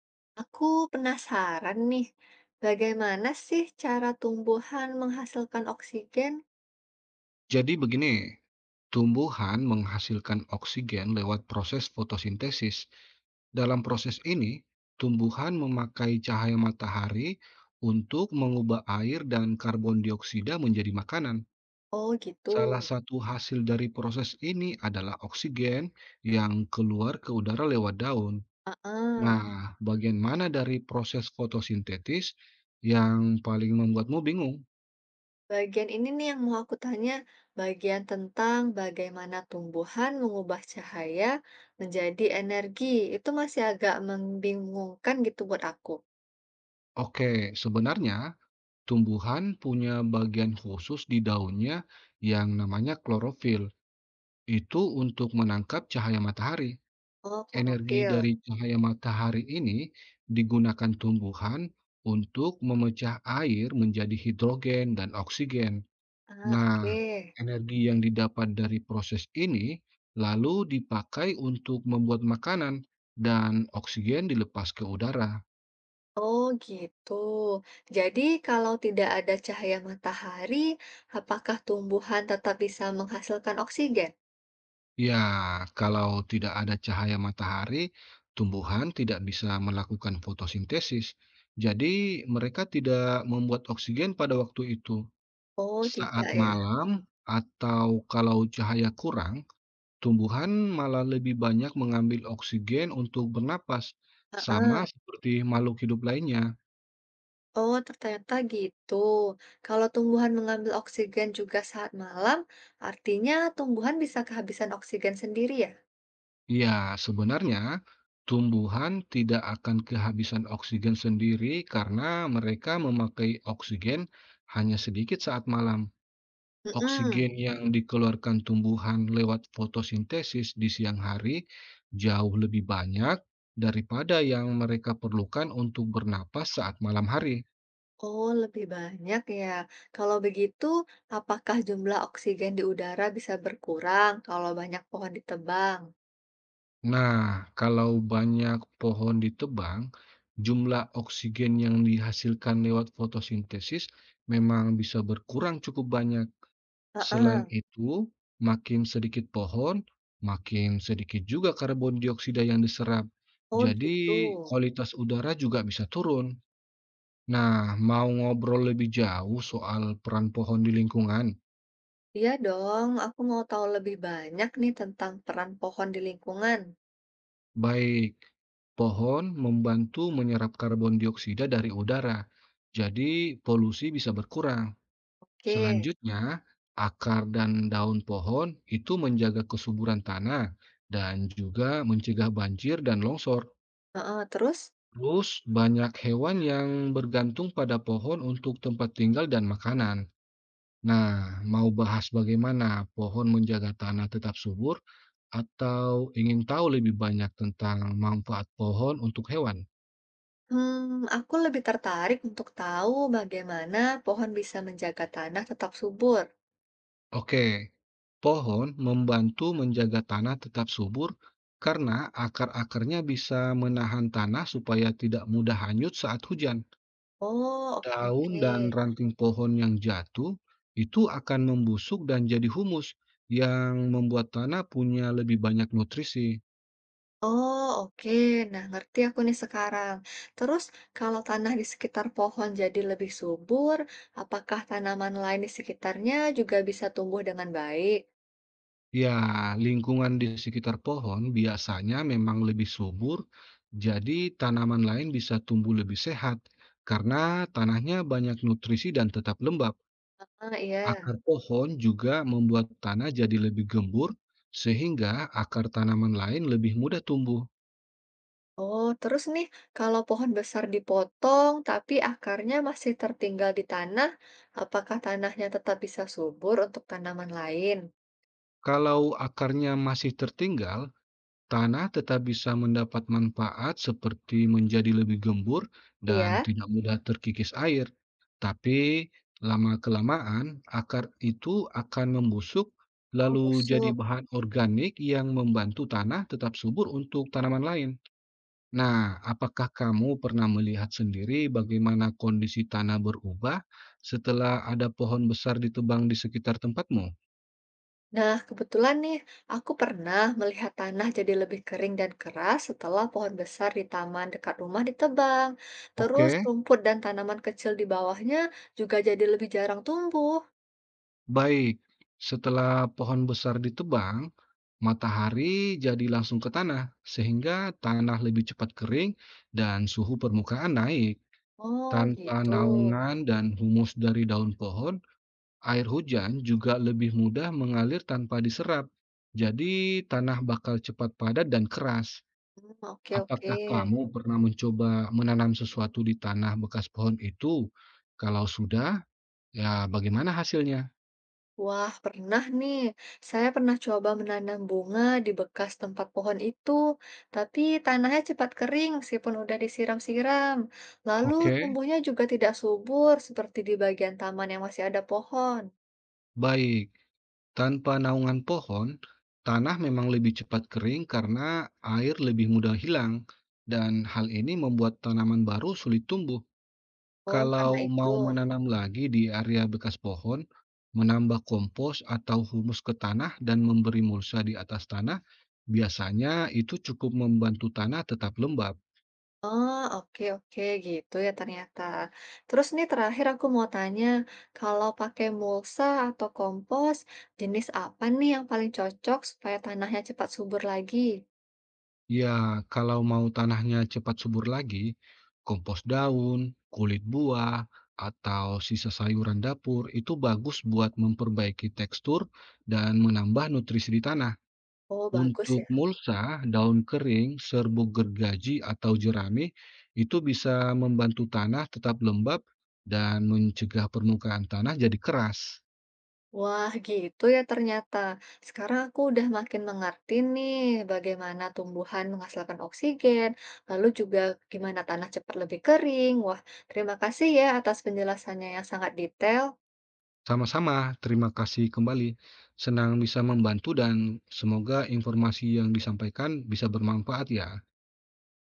Aku penasaran nih, bagaimana sih cara tumbuhan menghasilkan oksigen? Jadi begini, tumbuhan menghasilkan oksigen lewat proses fotosintesis. Dalam proses ini, tumbuhan memakai cahaya matahari untuk mengubah air dan karbon dioksida menjadi makanan. Oh gitu. Salah satu hasil dari proses ini adalah oksigen yang keluar ke udara lewat daun. Heeh, Nah, bagian mana dari proses fotosintesis yang paling membuatmu bingung? bagian ini nih yang mau aku tanya, bagian tentang bagaimana tumbuhan mengubah cahaya menjadi energi. Itu masih agak membingungkan gitu buat aku. Oke, sebenarnya tumbuhan punya bagian khusus di daunnya yang namanya klorofil. Itu untuk menangkap cahaya matahari. Oh, Energi klorofil. dari cahaya matahari ini digunakan tumbuhan untuk memecah air menjadi hidrogen dan oksigen. Nah, Oke. energi yang didapat dari proses ini lalu dipakai untuk membuat makanan dan oksigen dilepas ke udara. Oh gitu. Jadi kalau tidak ada cahaya matahari, apakah tumbuhan tetap bisa menghasilkan oksigen? Ya, kalau tidak ada cahaya matahari, tumbuhan tidak bisa melakukan fotosintesis. Jadi, mereka tidak membuat oksigen pada waktu itu. Oh Saat tidak ya, malam atau kalau cahaya kurang, tumbuhan malah lebih banyak mengambil oksigen untuk bernapas, heeh, sama seperti makhluk hidup lainnya. oh ternyata gitu. Kalau tumbuhan mengambil oksigen juga saat malam, artinya tumbuhan bisa kehabisan oksigen sendiri ya? Ya, sebenarnya tumbuhan tidak akan kehabisan oksigen sendiri karena mereka memakai oksigen hanya sedikit saat malam. Mm-mm. Oksigen yang dikeluarkan tumbuhan lewat fotosintesis di siang hari jauh lebih banyak daripada yang mereka perlukan untuk bernapas saat malam hari. Oh lebih banyak ya. Kalau begitu, apakah jumlah oksigen di udara bisa berkurang kalau banyak pohon ditebang? Nah, kalau banyak pohon ditebang, jumlah oksigen yang dihasilkan lewat fotosintesis memang bisa berkurang cukup banyak. Selain Heeh. itu, makin sedikit pohon, makin sedikit juga karbon dioksida yang diserap. Oh Jadi, gitu. kualitas udara juga bisa turun. Nah, mau ngobrol lebih jauh soal peran pohon di lingkungan? Iya dong, aku mau tahu lebih banyak nih tentang peran pohon di lingkungan. Baik. Pohon membantu menyerap karbon dioksida dari udara, jadi polusi bisa berkurang. Oke, Selanjutnya, akar dan daun pohon itu menjaga kesuburan tanah dan juga mencegah banjir dan longsor. heeh, terus? Terus, banyak hewan yang bergantung pada pohon untuk tempat tinggal dan makanan. Nah, mau bahas bagaimana pohon menjaga tanah tetap subur, atau ingin tahu lebih banyak tentang manfaat pohon untuk hewan? Hmm, aku lebih tertarik untuk tahu bagaimana pohon bisa menjaga tanah tetap subur. Oke, pohon membantu menjaga tanah tetap subur karena akar-akarnya bisa menahan tanah supaya tidak mudah hanyut saat hujan. Oh, oke, Daun oke. dan ranting pohon yang jatuh itu akan membusuk dan jadi humus yang membuat tanah punya lebih banyak nutrisi. Oh, oke. Nah, ngerti aku nih sekarang. Terus kalau tanah di sekitar pohon jadi lebih subur, apakah tanaman lain di sekitarnya juga bisa tumbuh dengan baik? Ya, lingkungan di sekitar pohon biasanya memang lebih subur, jadi tanaman lain bisa tumbuh lebih sehat karena tanahnya banyak nutrisi dan tetap lembab. Ah, iya. Akar pohon juga membuat tanah jadi lebih gembur, sehingga akar tanaman lain lebih mudah tumbuh. Oh, terus nih kalau pohon besar dipotong tapi akarnya masih tertinggal di tanah, apakah tanahnya tetap bisa subur untuk tanaman lain? Kalau akarnya masih tertinggal, tanah tetap bisa mendapat manfaat seperti menjadi lebih gembur dan Iya. tidak mudah terkikis air. Tapi lama-kelamaan, akar itu akan membusuk, Oh, lalu jadi busuk. bahan organik yang membantu tanah tetap subur untuk tanaman lain. Nah, apakah kamu pernah melihat sendiri bagaimana kondisi tanah berubah setelah ada pohon besar ditebang di sekitar tempatmu? Nah, kebetulan nih, aku pernah melihat tanah jadi lebih kering dan keras setelah pohon besar di taman dekat rumah ditebang. Terus Oke, rumput dan tanaman kecil di bawahnya juga jadi lebih jarang tumbuh. baik. Setelah pohon besar ditebang, matahari jadi langsung ke tanah, sehingga tanah lebih cepat kering dan suhu permukaan naik. Oh, Tanpa gitu. naungan dan humus dari daun pohon, air hujan juga lebih mudah mengalir tanpa diserap. Jadi, tanah bakal cepat padat dan keras. Hmm, oke, oke. Apakah kamu pernah mencoba menanam sesuatu di tanah bekas pohon itu? Kalau sudah, ya bagaimana hasilnya? Wah, pernah nih. Saya pernah coba menanam bunga di bekas tempat pohon itu, tapi tanahnya cepat kering meskipun udah disiram-siram. Lalu Oke, tumbuhnya juga tidak subur seperti di bagian taman yang masih ada pohon. baik. Tanpa naungan pohon, tanah memang lebih cepat kering karena air lebih mudah hilang, dan hal ini membuat tanaman baru sulit tumbuh. Oh, karena Kalau itu. mau menanam lagi di area bekas pohon, menambah kompos atau humus ke tanah dan memberi mulsa di atas tanah, biasanya itu cukup membantu tanah tetap lembab. Oh, oke, oke, gitu ya ternyata. Terus nih terakhir aku mau tanya, kalau pakai mulsa atau kompos, jenis apa nih yang paling cocok supaya tanahnya cepat subur lagi? Ya, kalau mau tanahnya cepat subur lagi, kompos daun, kulit buah, atau sisa sayuran dapur itu bagus buat memperbaiki tekstur dan menambah nutrisi di tanah. Oh, bagus Untuk ya. mulsa, daun kering, serbuk gergaji, atau jerami itu bisa membantu tanah tetap lembab dan mencegah permukaan tanah jadi keras. Wah, gitu ya ternyata. Sekarang aku udah makin mengerti nih bagaimana tumbuhan menghasilkan oksigen, lalu juga gimana tanah cepat lebih kering. Wah, terima kasih ya atas penjelasannya yang sangat detail. Sama-sama, terima kasih kembali. Senang bisa membantu dan semoga informasi yang disampaikan bisa bermanfaat ya.